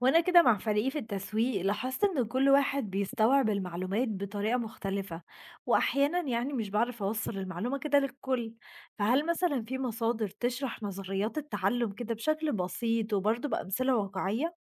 وأنا كده مع فريقي في التسويق لاحظت إن كل واحد بيستوعب المعلومات بطريقة مختلفة. وأحيانا يعني مش بعرف أوصل المعلومة كده للكل. فهل مثلا في مصادر تشرح نظريات التعلم كده بشكل بسيط وبرضه بأمثلة واقعية؟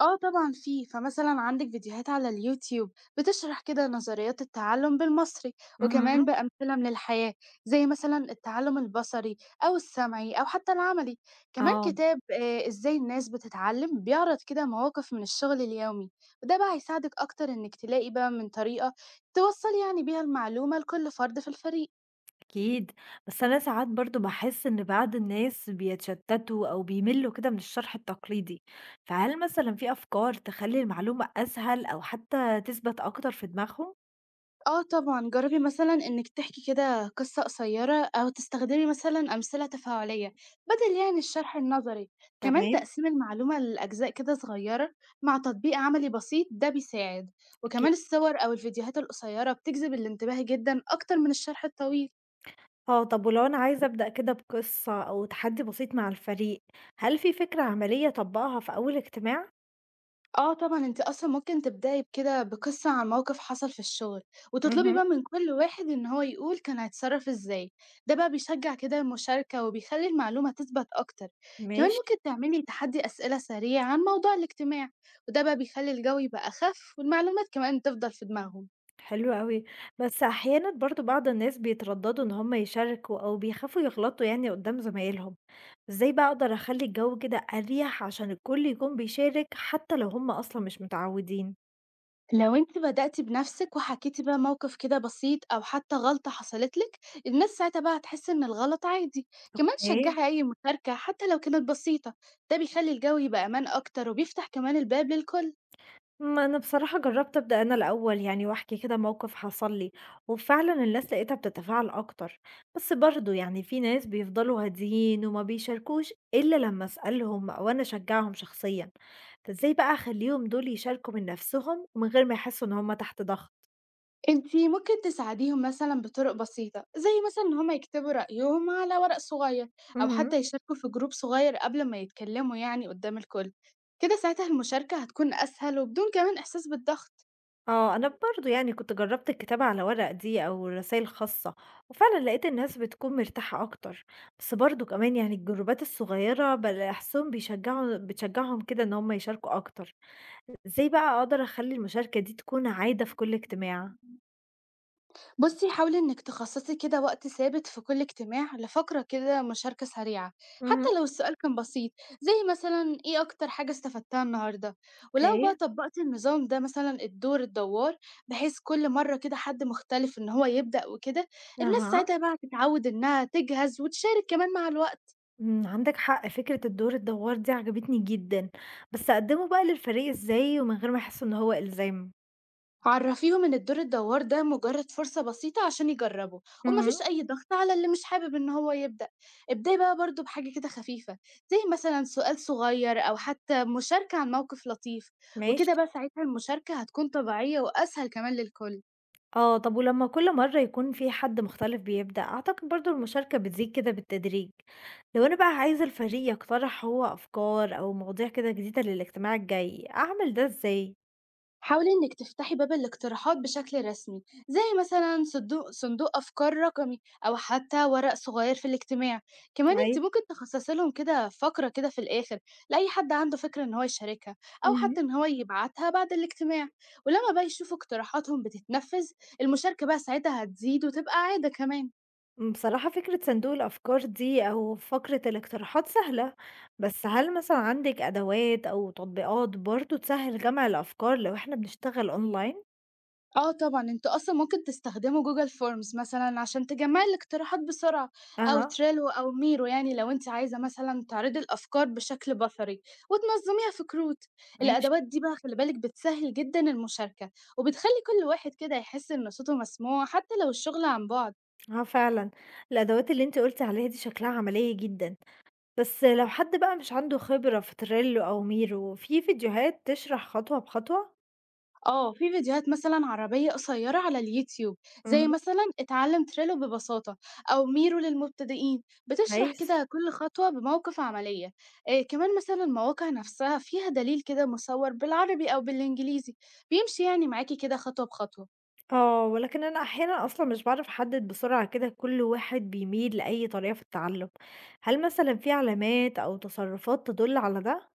آه طبعًا في، فمثلًا عندِك فيديوهات على الYouTube بتشرح كده نظريات التعلُّم بالمصري، وكمان مهم. بأمثلة من الحياة، زي مثلًا التعلُّم البصري أو السمعي أو حتى العملي، كمان اه. كتاب إزاي الناس بتتعلّم بيعرض كده مواقف من الشغل اليومي، وده بقى هيساعدِك أكتر إنِّك تلاقي بقى من طريقة توصّلي يعني بيها المعلومة لكل فرد في الفريق. أكيد. بس أنا ساعات برضه بحس إن بعض الناس بيتشتتوا أو بيملوا كده من الشرح التقليدي. فهل مثلا في أفكار تخلي المعلومة أسهل أو حتى تثبت أكتر في دماغهم؟ آه طبعًا، جرّبي مثلًا إنِّك تحكي كده قصة قصيّرة أو تستخدمي مثلًا أمثلة تفاعلية بدل يعني الشرح النظري، كمان تمام. تقسيم المعلومة لأجزاء كده صغيّرة مع تطبيق عملي بسيط ده بيساعد، أكيد. وكمان الصور أو الفيديوهات القصيّرة بتجذب الانتباه جدًا أكتر من الشرح الطويل. آه، طب ولو أنا عايزة أبدأ كده بقصة أو تحدي بسيط مع الفريق، هل في فكرة عملية أطبقها في أول اجتماع؟ آه طبعًا، أنتِ أصلًا ممكن تبدئي بكده بقصة عن موقف حصل في الشغل، وتطلبي مهم. بقى من كل واحد إن هو يقول كان هيتصرف إزاي، ده بقى بيشجع كده المشاركة وبيخلّي المعلومة تثبت أكتر، كمان ماشي. ممكن تعملي تحدي أسئلة سريع عن موضوع الاجتماع، وده بقى بيخلّي الجو يبقى أخف والمعلومات كمان تفضل في دماغهم. حلو أوي. بس أحيانا برضو بعض الناس بيترددوا إن هم يشاركوا أو بيخافوا يغلطوا يعني قدام زمايلهم، إزاي بقى أقدر أخلي الجو كده أريح عشان الكل يكون بيشارك حتى لو هم أصلا مش متعودين؟ لو انت بدأتي بنفسك وحكيتي بقى موقف كده بسيط او حتى غلطة حصلت لك، الناس ساعتها بقى هتحس ان الغلط عادي، كمان اوكي. شجعي اي مشاركة حتى لو كانت بسيطة، ده بيخلي الجو يبقى امان اكتر وبيفتح كمان الباب للكل. ما أنا بصراحة جرّبت أبدأ أنا الأول يعني وأحكي كده موقف حصل لي، وفعلًا الناس لقيتها بتتفاعل أكتر، بس برضه يعني في ناس بيفضلوا هاديين وما بيشاركوش إلا لمّا أسألهم أو أنا أشجّعهم شخصيًا، فإزاي بقى أخلّيهم دول يشاركوا من نَفْسهم ومن غير ما يحسّوا إن هم تحت ضغط؟ انت ممكن تساعديهم مثلا بطرق بسيطة زي مثلا ان هم يكتبوا رأيهم على ورق صغير، او اهم. حتى يشاركوا في جروب صغير قبل ما يتكلموا يعني قدام الكل، كده ساعتها المشاركة هتكون اسهل وبدون كمان احساس بالضغط. آه، أنا برضه يعني كنت جرّبت الكتابة على ورق دي أو رسايل خاصة، وفعلًا لقيت الناس بتكون مرتاحة أكتر، بس برضه كمان يعني الجروبات الصغيّرة بالاحظهم بتشجّعهم كده إن هم يشاركوا أكتر، إزاي بقى أقدر أخلّي المشاركة دي تكون عادة في كل اجتماع؟ بُصّي حاولي إنِّك تخصّصي كده وقت ثابت في كل اجتماع لفقرة كده مشاركة سريعة، حتى اهم. لو السؤال كان بسيط، زي مثلًا إيه أكتر حاجة استفدتها النهارده؟ ولو أوكي. بقى طبّقتِ النظام ده مثلًا الدور الدوّار، بحيث كل مرّة كده حد مختلف إن هو يبدأ وكده، الناس أها. ساعتها بقى هتتعوّد إنها تجهز وتشارك كمان مع الوقت. إمم، عندك حق فكرة الدور الدوّار دي عجبتني جدًا، بس أقدّمه بقى للفريق إزاي ومن غير ما يحسّوا إن هو إلزام؟ عرفيهم إن الدور الدوّار ده مجرد فرصة بسيطة عشان يجربوا، اهم. ومفيش أي ضغط على اللي مش حابب إن هو يبدأ، ابدأي بقى برضه بحاجة كده خفيفة، زي مثلًا سؤال صغير أو حتى مشاركة عن موقف لطيف، وكده ماشي. بقى ساعتها المشاركة هتكون طبيعية وأسهل كمان للكل. آه، طب ولمّا كل مرّة يكون في حد مختلف بيبدأ، أعتقد برضه المشاركة بتزيد كده بالتدريج. لو أنا بقى عايزة الفريق يقترح هو أفكار أو مواضيع كده جديدة للاجتماع الجاي، أعمل ده إزاي؟ حاولي إنِك تفتحي باب الاقتراحات بشكل رسمي، زي مثلا صندوق أفكار رقمي أو حتى ورق صغير في الاجتماع، كمان انت كويس. ممكن تخصصي لهم كده فقرة كده في الآخر لأي حد عنده فكرة إن هو يشاركها، أو اهم. حتى إن هو يبعتها بعد الاجتماع، ولما بقى يشوفوا اقتراحاتهم بتتنفذ المشاركة بقى ساعتها هتزيد وتبقى عادة كمان. بصراحة فكرة صندوق الأفكار دي أو فقرة الاقتراحات سهلة، بس هل مثلًا عندِك أدوات أو تطبيقات برضه تسهّل جمع الأفكار لو إحنا بنشتغل أونلاين؟ آه طبعًا، أنتم أصلًا ممكن تستخدموا Google forms مثلًا عشان تجمّعي الاقتراحات بسرعة، أو أها. Trello أو Miro يعني لو أنتِ عايزة مثلًا تعرضي الأفكار بشكل بصري وتنظّميها في كروت، ماشي. الأدوات دي بقى خلي بالِك بتسهّل جدًا المشاركة، وبتخلّي كل واحد كده يحس إن صوته مسموع حتى لو الشغل عن بُعد. آه فعلًا، الأدوات اللي أنتِ قُلتِ عليها دي شكلها عملية جدًا. بس لو حد بقى مش عنده خبرة في تريلو أو ميرو في فيديوهات تشرح خطوة بخطوة؟ آه، في فيديوهات مثلًا عربية قصيّرة على اليوتيوب، زي اهم. مثلًا اتعلم Trello ببساطة أو ميرو للمبتدئين، بتشرح كويس. كده كل خطوة بمواقف عملية. كمان مثلًا المواقع نفسها فيها دليل كده مصوّر بالعربي أو بالإنجليزي، بيمشي يعني معاكِ كده خطوة بخطوة. آه، ولكن أنا أحيانًا أصلًا مش باعرف أحدد بسرعة كده كل واحد بيميل لأي طريقة في التعلم، هل مثلًا في علامات أو تصرفات تدل على ده؟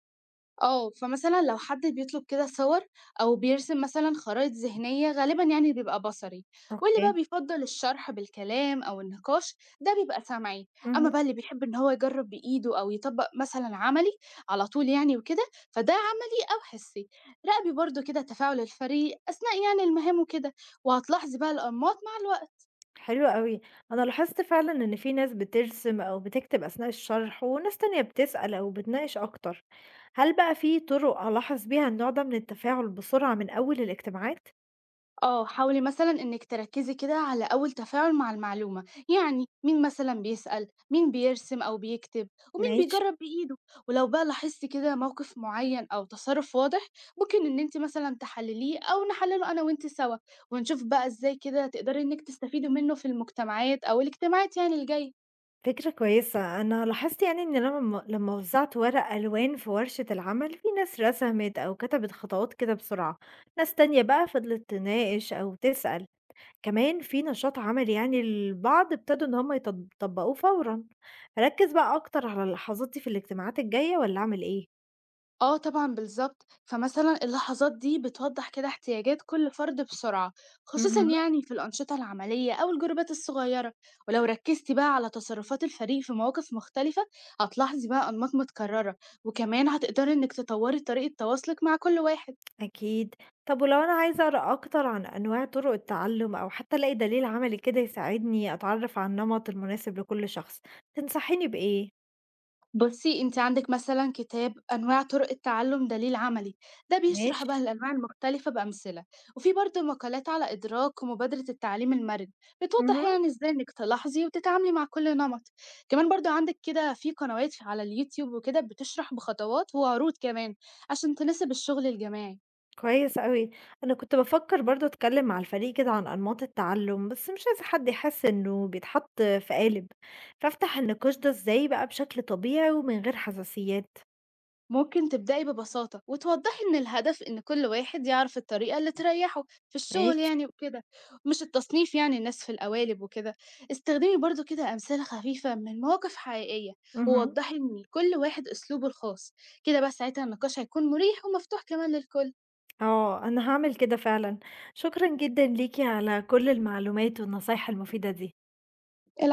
آه، فمثلًا لو حد بيطلب كده صور أو بيرسم مثلًا خرايط ذهنية غالبًا يعني بيبقى بصري، واللي بقى أوكي. بيفضّل الشرح بالكلام أو النقاش ده بيبقى سمعي، أما اهم. بقى اللي بيحب إن هو يجرّب بإيده أو يطبّق مثلًا عملي على طول يعني وكده، فده عملي أو حسي. راقبي برضه كده تفاعل الفريق أثناء يعني المهام وكده، وهتلاحظي بقى الأنماط مع الوقت. حلو أوي. أنا لاحظت فعلًا إن في ناس بترسم أو بتكتب أثناء الشرح، وناس تانية بتسأل أو بتناقش أكتر. هل بقى في طرق ألاحظ بيها النوع ده من التفاعل بسرعة من أول الاجتماعات؟ آه، حاولي مثلًا إنِّك تركّزي كده على أول تفاعل مع المعلومة، يعني مين مثلًا بيسأل، مين بيرسم أو بيكتب، ومين ماشي. بيجرّب بإيده، ولو بقى لاحظتِ كده موقف معيّن أو تصرُّف واضح، ممكن إن أنتِ مثلًا تحلّليه أو نحلّله أنا وأنتِ سوا، ونشوف بقى إزاي كده تقدري إنِّك تستفيدي منه في المجتمعات أو الاجتماعات يعني الجاية. فكرة كويسة، أنا لاحظت يعني إن أنا لمّا وزّعت ورق ألوان في ورشة العمل، في ناس رسمت أو كتبت خطوات كده بسرعة، ناس تانية بقى فضلت تناقش أو تسأل، كمان في نشاط عملي يعني البعض ابتدوا إن هم يطبقوه فورًا، أركّز بقى أكتر على اللحظات دي في الاجتماعات الجاية والّا أعمل إيه؟ آه طبعًا بالضبط، فمثلًا اللحظات دي بتوضّح كده احتياجات كل فرد بسرعة، خصوصًا اهم. يعني في الأنشطة العملية أو الجروبات الصغيرة، ولو ركزتِ بقى على تصرفات الفريق في مواقف مختلفة، هتلاحظي بقى أنماط متكررة، وكمان هتقدري إنِّك تطوّري طريقة تواصلِك مع كل واحد. أكيد، طب ولو أنا عايزة أقرأ أكتر عن أنواع طرق التعلُّم أو حتى ألاقي دليل عملي كده يساعدني أتعرّف على النمط المناسب لكل شخص، تنصحيني بإيه؟ بُصّي، أنتِ عندِك مثلًا كتاب أنواع طُرق التعلُّم دليل عملي، ده بيشرح بقى ماشي. الأنواع المختلفة بأمثلة، وفي برضه مقالات على إدراك ومبادرة التعليم المَرِن، بتوضّح اهم. يعني إزاي إنِّك تلاحظي وتتعاملي مع كل نمط، كمان برضه عندِك كده في قنوات ف على اليوتيوب وكده بتشرح بخطوات وعروض كمان، عشان تناسب الشغل الجماعي. كويس أوي. أنا كنت بافكّر برضه أتكلّم مع الفريق كده عن أنماط التعلُّم، بس مش عايزة حد يحس إنه بيتحط في قالب، فأفتح النقاش ده إزاي بقى بشكل طبيعي ومن غير حساسيات؟ ممكن تبدأي ببساطة وتوضحي إن الهدف إن كل واحد يعرف الطريقة اللي تريحه في الشغل ماشي. يعني وكده، مش التصنيف يعني الناس في القوالب وكده، استخدمي برضو كده أمثلة خفيفة من مواقف حقيقية، اهم. ووضحي إن كل واحد أسلوبه الخاص، كده بقى ساعتها النقاش هيكون مريح ومفتوح كمان للكل. آه، أنا هاعمل كده فعلًا. شكرًا جدًا ليكِ على كل المعلومات والنصايح المفيدة دي.